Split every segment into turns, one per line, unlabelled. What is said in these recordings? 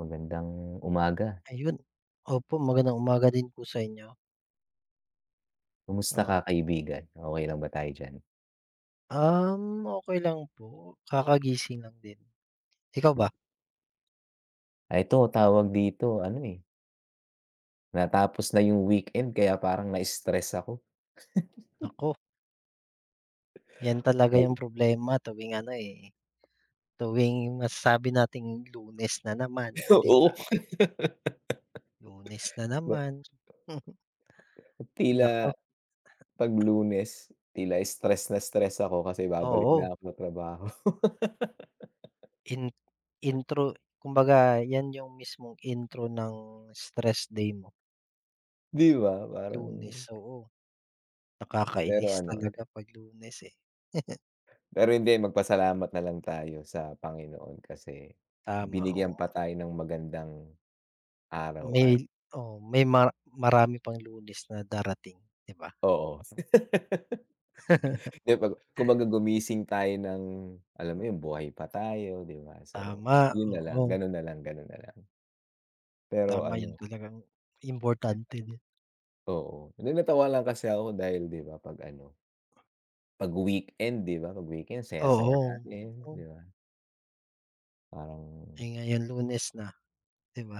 Magandang umaga.
Ayun. Opo, magandang umaga din po sa inyo.
Kumusta ka
Oo.
kaibigan? Okey lang ba tayo diyan?
Okey lang po, kakagising lang din. Ikaw
Hmm.
ba?
Ah, ito tawag dito ano, eh, natapos na yung weekend kaya parang na-stress ako.
Naku, 'yan talaga
Mag
yung problema tuwing ano, eh, tuwing masasabi nating Lunes na naman, 'di ba?
Oo.
Lunes na
Ba
naman.
Tila
Naku,
'pag Lunes, tila stress na stress ako kasi babalik na
oo.
ako sa trabaho.
In Intro kumbaga 'yan yung mismong intro ng stress day mo,
'Di ba parang
Lunes, oo.
pero
Nakakainis
ano,
talaga 'pag Lunes, eh.
pero hindi, magpasalamat na lang tayo sa Panginoon kasi
Tama,
binigyan
oo.
pa tayo ng magandang araw
May
at
oo, may mar marami pang Lunes na darating, 'di ba?
oo. 'Di ba, kumbaga gumising tayo ng alam mo 'yun, buhay pa tayo, 'di ba? So,
Tama,
'yun na
oo,
lang, gano'n na lang, gano'n na lang. Pero
tama 'yun
ano,
talagang importante din.
oo, na natawa lang kasi ako dahil 'di ba 'pag ano, 'pag weekend 'di ba, 'pag weekend saya-saya
Oo,
natin,
oo.
'di ba? Parang
Eh, ngayon Lunes na, 'di ba?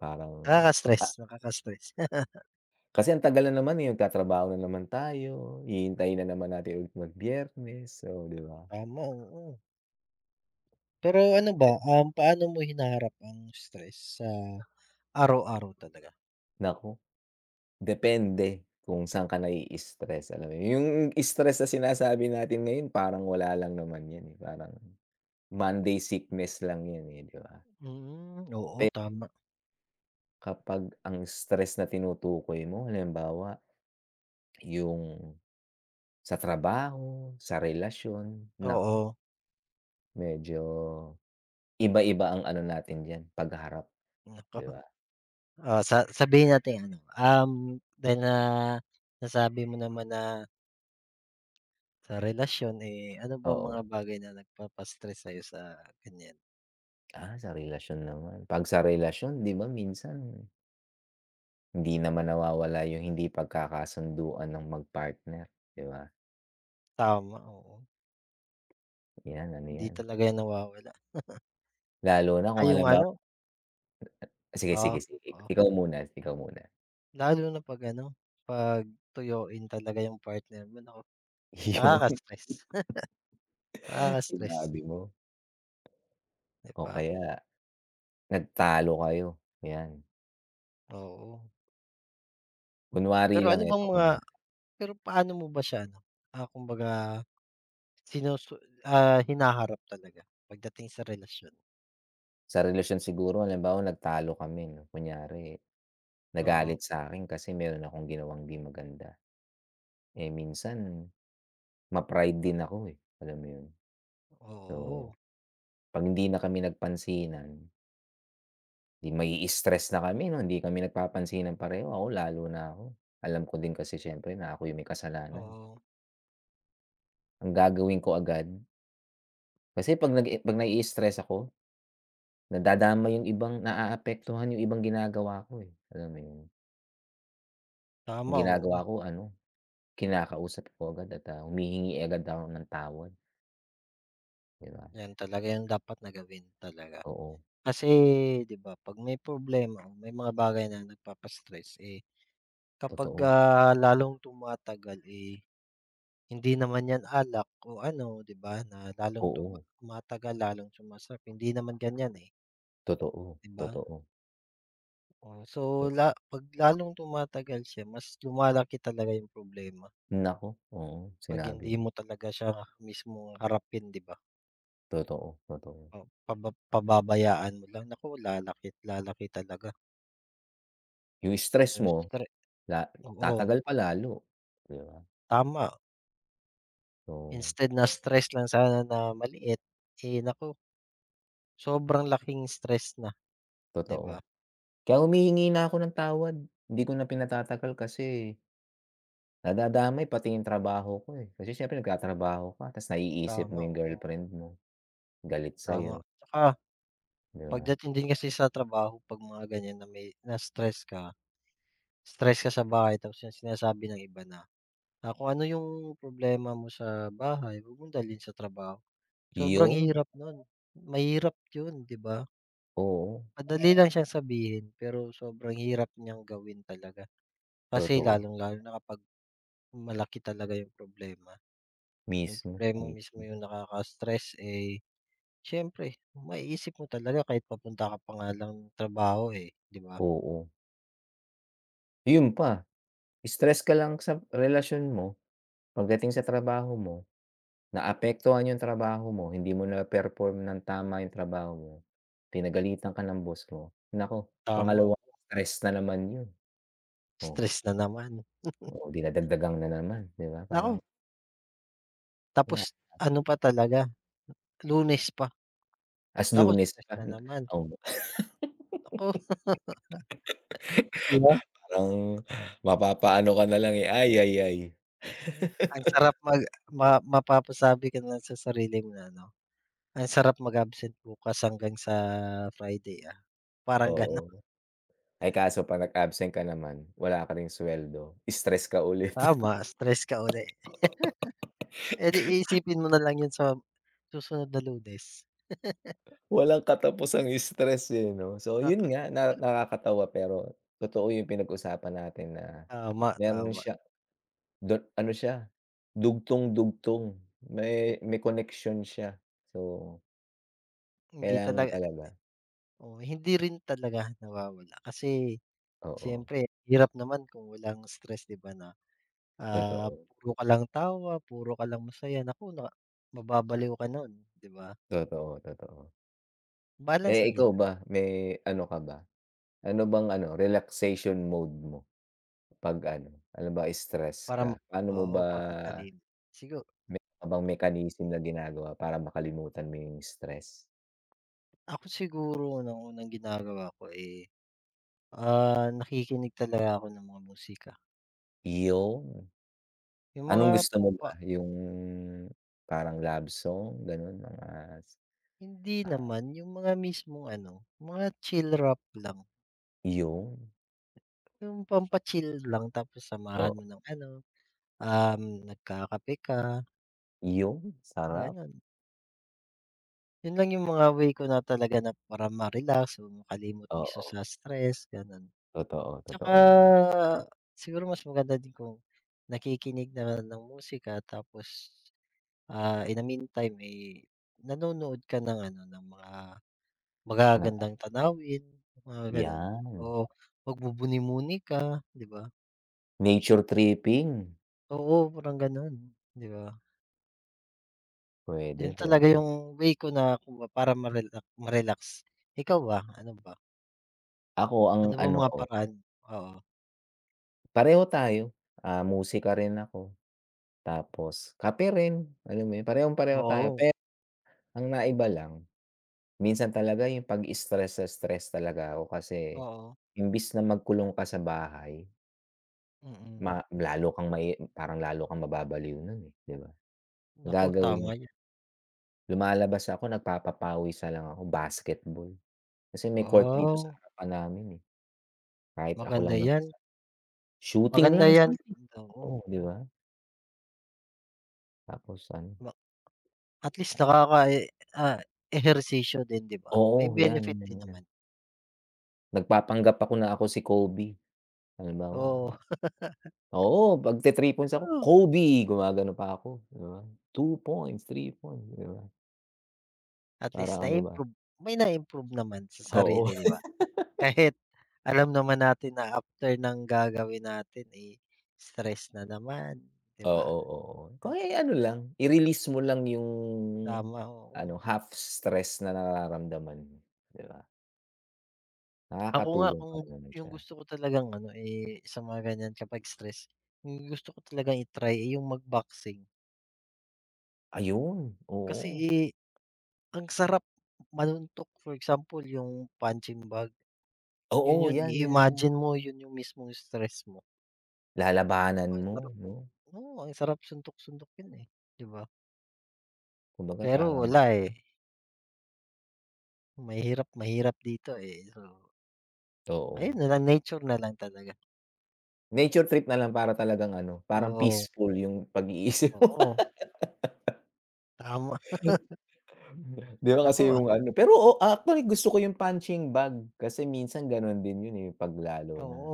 parang
Nakaka-stress,
ah,
nakaka-stress.
kasi ang tagal na naman, eh, magtatrabaho na naman tayo, hihintayin na naman natin ulit mag-Biyernes, so 'di ba?
Tama, oo. Pero ano ba, paano mo hinaharap ang stress sa araw-araw talaga?
Naku. Depende kung saan ka nai-stress, alam mo yun? Yung stress na sinasabi natin ngayon parang wala lang naman yan, eh, parang Monday sickness lang yan, eh, 'di ba?
Mm, oo,
Pero
tama.
kapag ang stress na tinutukoy mo halimbawa yung sa trabaho, sa relasyon, naku,
Oo,
medyo iba-iba ang ano natin diyan pagharap, 'di
naku.
ba?
Oh, sa sabihin natin ano, dahil na nasabi mo naman na sa relasyon, eh, ano ba mga
Oo.
bagay na nagpapa-stress sa'yo sa ganyan?
Ah, sa relasyon naman, 'pag sa relasyon 'di ba minsan hindi naman nawawala yung hindi pagkakasunduan ng mag-partner, 'di ba?
Tama, oo.
'Yan, ano
Hindi
'yan.
talaga yan nawawala.
Lalo na
Tsaka
kung
yung
halimbawa
ano
sige,
Oo,
sige, sige,
oo.
ikaw muna, ikaw muna.
Lalo na 'pag ano, 'pag tuyuin talaga yung partner mo, naku,
Yung
nakaka-stress, nakaka-stress,
sinabi mo
'di
o
ba?
kaya nagtalo kayo, 'yan.
Oo.
Kunwari
Pero
lang
ano
ito,
bang mga
kunwa
Pero paano mo ba siya ano, kumbaga sinusu hinaharap talaga pagdating sa relasyon?
Sa relasyon siguro halimbawa nagtalo kami 'no, kunyari
Oo,
nagalit sa akin kasi meron akong ginawang 'di maganda. Eh, minsan ma-pride din ako, eh, alam mo 'yun. So,
oo,
'pag hindi na kami nagpansinan, 'di mai-stress na kami 'no, hindi kami nagpapansinan pareho, ako lalo na ako. Alam ko din kasi siyempre na ako yung may kasalanan.
oo.
Ang gagawin ko agad kasi 'pag nai-stress ako, nadadamay yung ibang naaapektuhan yung ibang ginagawa ko, eh, alam mo yun? Yung
Tama,
ginagawa
oo.
ko ano, kinakausap ko agad at, ah, humihingi agad ako ng tawad, 'di ba?
Yan talaga yung dapat na gawin talaga.
Oo,
Kasi 'di ba 'pag may problema o may mga bagay na eh, kapag,
totoo.
lalong tumatagal, eh, hindi naman yan alak o ano 'di ba na lalong
Oo,
tumatagal lalong sumasarap, hindi naman ganyan, eh,
totoo,
'di ba?
totoo.
Oh, so 'pag lalong tumatagal siya mas lumalaki talaga yung problema
Naku, oo,
'pag
sinabi
hindi
mo.
mo talaga siya mismo harapin, 'di ba?
Totoo, totoo.
O pababayaan mo lang, naku, lalaki, lalaki talaga
Yung stress
yung
mo
stre
La
Oo,
tatagal pa lalo, 'di ba?
tama.
So,
Instead na stress lang sana na maliit, eh, naku, sobrang laking stress na, 'di ba?
totoo. Kaya humihingi na ako ng tawad, hindi ko na pinatatagal kasi nadadamay pati yung trabaho ko, eh. Kasi siyempre nagtatrabaho ka tapos naiisip mo
Tama,
yung
oo,
girlfriend mo, galit
tama.
sa'yo,
Tsaka
'di ba?
pagdating din kasi sa trabaho 'pag mga ganyan na may na-stress ka, stress ka sa bahay tapos yung sinasabi ng iba na, kung ano yung problema mo sa bahay huwag mong dalhin sa trabaho. Sobrang
Yun,
hirap nun, mahirap yun, 'di ba?
oo,
Madali lang siyang sabihin pero sobrang hirap niyang gawin talaga. Kasi
totoo.
lalong-lalo na kapag malaki talaga yung problema. Yung
Mismo,
problema mismo
mismo,
yung nakaka-stress, eh, siyempre maiisip mo talaga kahit papunta ka pa nga lang ng trabaho, eh, 'di ba?
oo. Yun pa, stress ka lang sa relasyon mo, pagdating sa trabaho mo, naapektuhan yung trabaho mo, hindi mo na-perform ng tama yung trabaho mo, pinagalitan ka ng boss mo, naku,
Tama,
pangalawang
oh,
stress na naman yun. Oh,
stress na naman.
oo dinadagdagan na naman, 'di ba? Parang
Naku,
wala,
tapos ano pa talaga, Lunes pa,
as
naku,
Lunes
stress
pa,
na naman.
oo,
Naku, 'di ba?
parang mapapaano ka na lang, eh, ay,
Ang sarap mag ma mapapasabi ka na sa sarili mo na ano, "Ang sarap mag-absent bukas hanggang sa Friday, ah." Parang gano'n.
oo. Ay kaso 'pag nag-absent ka naman, wala ka ring sweldo, stress ka ulit.
Tama, stress ka uli. Eh, di iisipin mo na lang yun sa susunod na Lunes.
Walang katapusang stress, eh, 'no? So, yun
Nak
nga, na nakakatawa pero totoo yung pinag-usapan natin na
Tama,
meron
tama.
siya Da Ano siya, dugtong-dugtong, may koneksyon siya. So,
Hindi
kailangan
talaga
talaga,
Oo, hindi rin talaga nawawala kasi
oo,
siyempre hirap naman kung walang stress, 'di ba na, ah,
totoo,
puro ka lang tawa, puro ka lang masaya, naku, na mababaliw ka nun, 'di ba?
totoo, totoo.
Balance
Eh,
lang din
ikaw ba, may ano ka ba? Ano bang ano, relaxation mode mo 'pag ano, halimbawa stress
para
ka?
mak
Paano mo
Oo,
ba
'pag matalino. Sigu
Meron ka bang mechanism na ginagawa para makalimutan mo yung stress?
Ako siguro nung unang ginagawa ko, eh, nakikinig talaga ako ng mga musika,
Yun,
yung mga
anong gusto mo
pampa
ba, yung parang love song, gano'n, mga
hindi naman, yung mga mismong ano, mga chill rap lang,
yun,
yung pampa-chill lang tapos
oo.
samahan mo ng ano, um, nagkakape ka,
Yung sarap,
gano'n. Yun lang yung mga way ko na talaga na para ma-relax o makalimot mismo
oo.
sa stress, gano'n.
Totoo,
Tsaka
totoo naman
siguro mas maganda din kung nakikinig naman ng musika tapos, in the meantime, eh, nanonood ka ng ano, ng mga
na
magagandang tanawin, mga gano'n.
yan,
Oo, magbumuni-muni ka, 'di ba?
nature tripping,
Oo, parang gano'n, 'di ba?
pwede
'Yun talaga
pwede
yung way ko na para ma-relax. Ikaw ba?
Ako ang
Ano bang
ano
mga
ko,
paraan? Oo.
pareho tayo, musika rin ako, tapos kape rin, alam mo yun, parehong-pareho tayo.
Oo,
Pero ang naiba lang, minsan talaga yung 'pag stress sa stress talaga ako kasi
oo,
imbis na magkulong ka sa bahay,
mm.
ma lalo kang mai parang lalo kang mababaliw nun, eh, 'di ba? Ang
Naku,
Gagawin
tama 'yan.
Lumalabas ako, nagpapapawis na lang ako, basketball. Kasi may court dito sa
Wow,
harapan namin, eh, kahit ako
maganda
lang
'yan,
mag-isa. Shooting
maganda
lang,
'yan.
shooting,
Oo,
oo, 'di ba? Tapos ano,
ma at least ah, ehersisyo din, 'di ba? May
oo, 'yan,
benefit
'yan,
din
'yan.
naman.
Nagpapanggap ako na ako si Kobe, halimbawa.
Oo.
Oo, 'pag te-three points ako,
Ah.
"Kobe!" Gumagano pa ako, 'di ba? Two points, three points, 'di ba?
At
Parang
least
ano ba
na-improve, may na-improve naman sa
Oo,
sarili, 'di ba? Kahit alam naman natin na after ng gagawin natin, eh, stress na naman, 'di ba?
oo, oo. Kaya ano lang, i-release mo lang yung
Tama, oo.
ano, half stress na nararamdaman mo, 'di ba?
Ako nga
Nakakatulong
kung
pa rin naman
yung
siya.
gusto ko talagang ano, eh, sa mga ganyan kapag stress, yung gusto ko talagang i-try, eh, yung mag-boxing.
Ayun,
Kasi,
oo.
eh, ang sarap manuntok. For example, yung punching bag, yun
Oo,
yun,
'yan, 'yan, 'yan.
i-imagine mo yun yung mismong stress mo.
Lalabanan
Ang
mo
sarap,
'no,
oo, ang sarap suntok-suntukin, eh, 'di ba?
kumbaga
Pero
parang
wala, eh, mahirap mahirap dito, eh, so
oo.
ayun na lang, nature na lang talaga.
Nature trip na lang para talagang ano, parang
Oo,
peaceful yung pag-iisip mo.
oo, tama.
'Di ba kasi
Naku,
yung ano pero o actually gusto ko yung punching bag kasi minsan gano'n din yun, eh, 'pag lalo na
oo,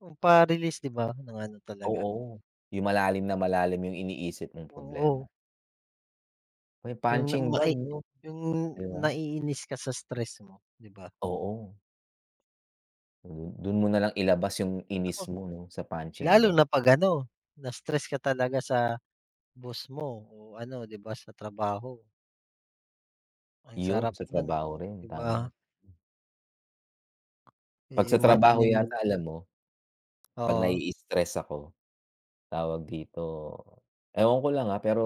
yung pa-release 'di ba ng ano talaga,
oo, yung malalim na malalim yung iniisip mong problema.
oo,
May
yung na
punching bag
mai
'no,
yung
'di ba?
naiinis ka sa stress mo, 'di ba?
Oo, dun dun mo na lang ilabas yung inis
Naku,
mo 'no, sa punching
lalo
bag.
na 'pag ano, na-stress ka talaga sa boss mo o ano 'di ba sa trabaho, ang
Yun,
sarap
sa
nun,
trabaho rin,
'di ba?
tama. 'Pag sa trabaho
I-imaginin mo
yata
lang,
alam mo 'Pag
oo,
nai-stress ako, tawag dito, ewan ko lang, pero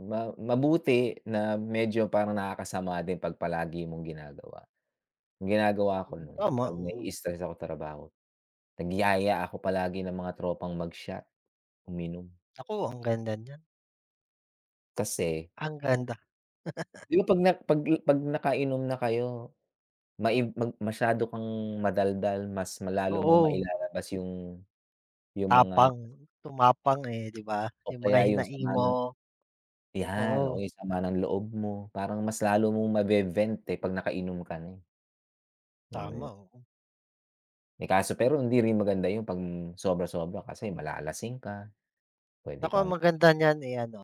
mabuti na medyo parang nakakasama din 'pag palagi mong ginagawa. Ang ginagawa ko no'n
tama,
'pag
oo.
nai-stress ako sa trabaho, nagyaya ako palagi ng mga tropang mag-shot, uminom.
Naku, ang ganda niyan.
Kasi,
Ang ganda,
'di ba 'pag nakainom na kayo, mai mag masyado kang madaldal, mas lalo mong
oo.
mailalabas yung mga
Tapang, tumapang, eh, 'di ba?
o
Yung mga
kaya yung
hinaing
sama
mo,
ng yan, oo,
oo,
yung sama ng loob mo, parang mas lalo mong mabe-vent, eh, 'pag nakainom ka na, eh, alam mo
tama,
yun.
oo.
Eh, kaso pero hindi rin maganda yun 'pag sobra-sobra kasi malalasing ka, puwede
Naku,
kang
ang maganda niyan, eh, ano,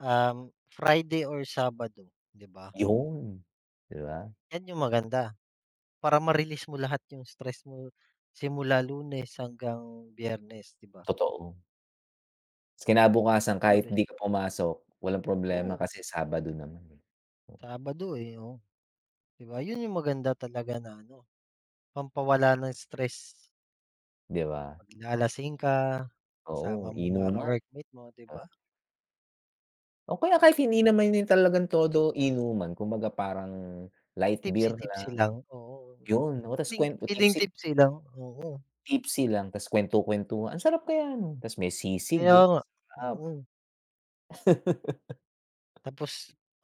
Friday or Sabado, 'di ba?
yun, 'di ba?
'Yan yung maganda, para ma-release mo lahat yung stress mo simula Lunes hanggang Biyernes, 'di ba?
Totoo. Ta's
Eh,
kinabukasan
the
kahit
best,
di ka pumasok, walang problema
oo,
kasi Sabado naman, eh,
Sabado, eh, oo, 'di ba? Yun yung maganda talaga na ano, pampawala ng stress.
'di ba?
Maglalasing ka,
Oo,
kasama mo mga
inuman,
ka-workmate mo, 'di
ah,
ba?
o kaya kahit hindi naman yun talagang todo inuman kumbaga parang light beer
Tipsy-tipsy
lang,
lang, oo.
yun. O ta's
Feeling
kuwen
feeling
tipsy
tipsy lang, oo.
Tipsy lang tas kuwentu-kuwentuhan, ang sarap kaya nun, tas may sisig,
Kaya
oh,
nga,
sarap.
oo. Tapos,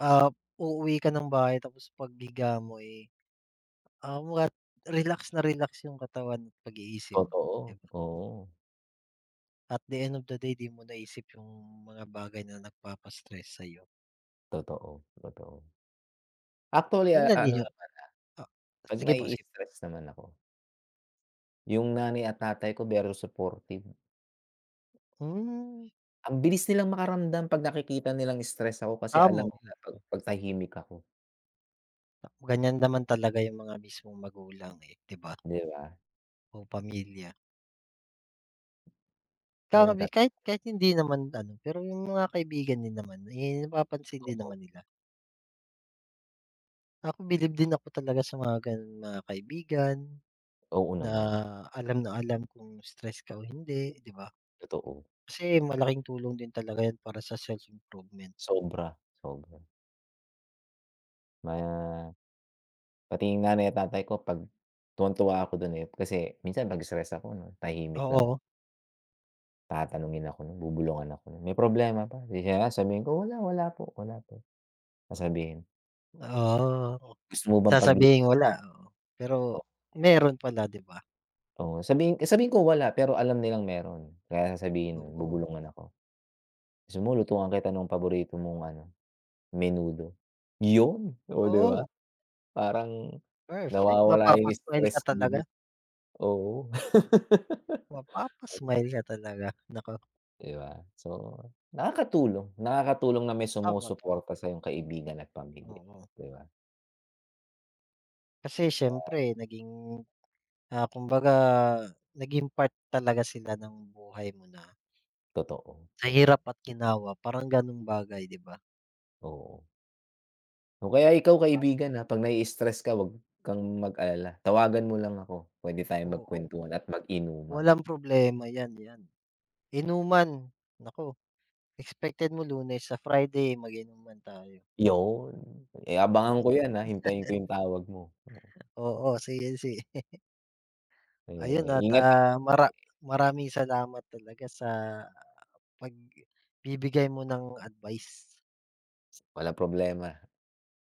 ah, uuwi ka ng bahay tapos paghiga mo, eh, ah, what relax na relax yung katawan at pag-iisip mo,
Totoo,
'di ba?
oo,
At the end of the day, 'di mo naisip yung mga bagay na nagpapa-stress sa'yo.
totoo, totoo. Actually,
Yun lang
ano,
din yung ah,
'pag
Sige po, sige,
nai-stress naman ako, yung nanay at tatay ko very supportive.
Hmm,
Ang bilis nilang makaramdam 'pag nakikita nilang stress ako kasi alam
tama,
nila 'pag tahimik ako,
ganyan naman talaga yung mga mismong magulang, eh, 'di ba,
'di ba?
o pamilya.
Yan ang
Kakabi
tatak,
kahit kahit hindi naman ano, pero yung mga kaibigan din naman, eh, napapansin din
oo,
naman nila. Ako bilib din ako talaga sa mga gano'ng mga kaibigan
oo
na
naman,
na alam kung stress ka o hindi, 'di ba?
totoo,
Kasi malaking tulong din talaga 'yan para sa self-improvement.
sobra, sobra. Ma pati yung nanay at tatay ko 'pag tuwang-tuwa ako dun, eh, kasi minsan 'pag stress ako 'no, tahimik lang.
Oo,
Tatanungin ako nun, bubulungan ako nun, "May problema ba?" Sabihin ko, "Wala, wala po, wala po." Sasabihin,
oo.
"Gusto mo bang pagluto?"
Sasabihin wala, oo, pero
ko?"
meron pala, 'di ba?
Oo, sabihin sabihin ko wala, pero alam nilang meron. Kaya sasabihin nun,
Oo.
bubulungan ako, "Gusto mo lutuan kita nung paborito mong ano, menudo." Yun, oh, di ba?
Oo,
Parang
perfect.
nawawala yung
Mapapa-smile ka
stress ko
talaga,
bigla, oo,
mapapa-smile ka talaga. Naku,
di ba? So, nakakatulong, nakakatulong na may
tama,
sumusuporta
tama,
sa'yong kaibigan at pamilya,
oo.
di ba?
Kasi siyempre naging, kumbaga naging part talaga sila ng buhay mo na
Totoo,
sa
totoo,
hirap at ginawa, parang ganong bagay, 'di ba?
oo. O kaya ikaw kaibigan, ah, 'pag nai-stress ka 'wag kang mag-alala, tawagan mo lang ako, puwede tayong
Oo,
magkwentuhan at mag-inuman.
walang problema 'yan, 'yan. Inuman, naku, expected mo Lunes sa Friday mag-inuman tayo,
'Yun, eh,
'di
abangan
ba?
ko 'yan, ah, hintayin ko 'yung tawag mo.
Oo, sige, sige. Ayun
Eh,
at,
ingat ka
maraming salamat talaga sa pagbibigay mo ng advice.
Walang problema.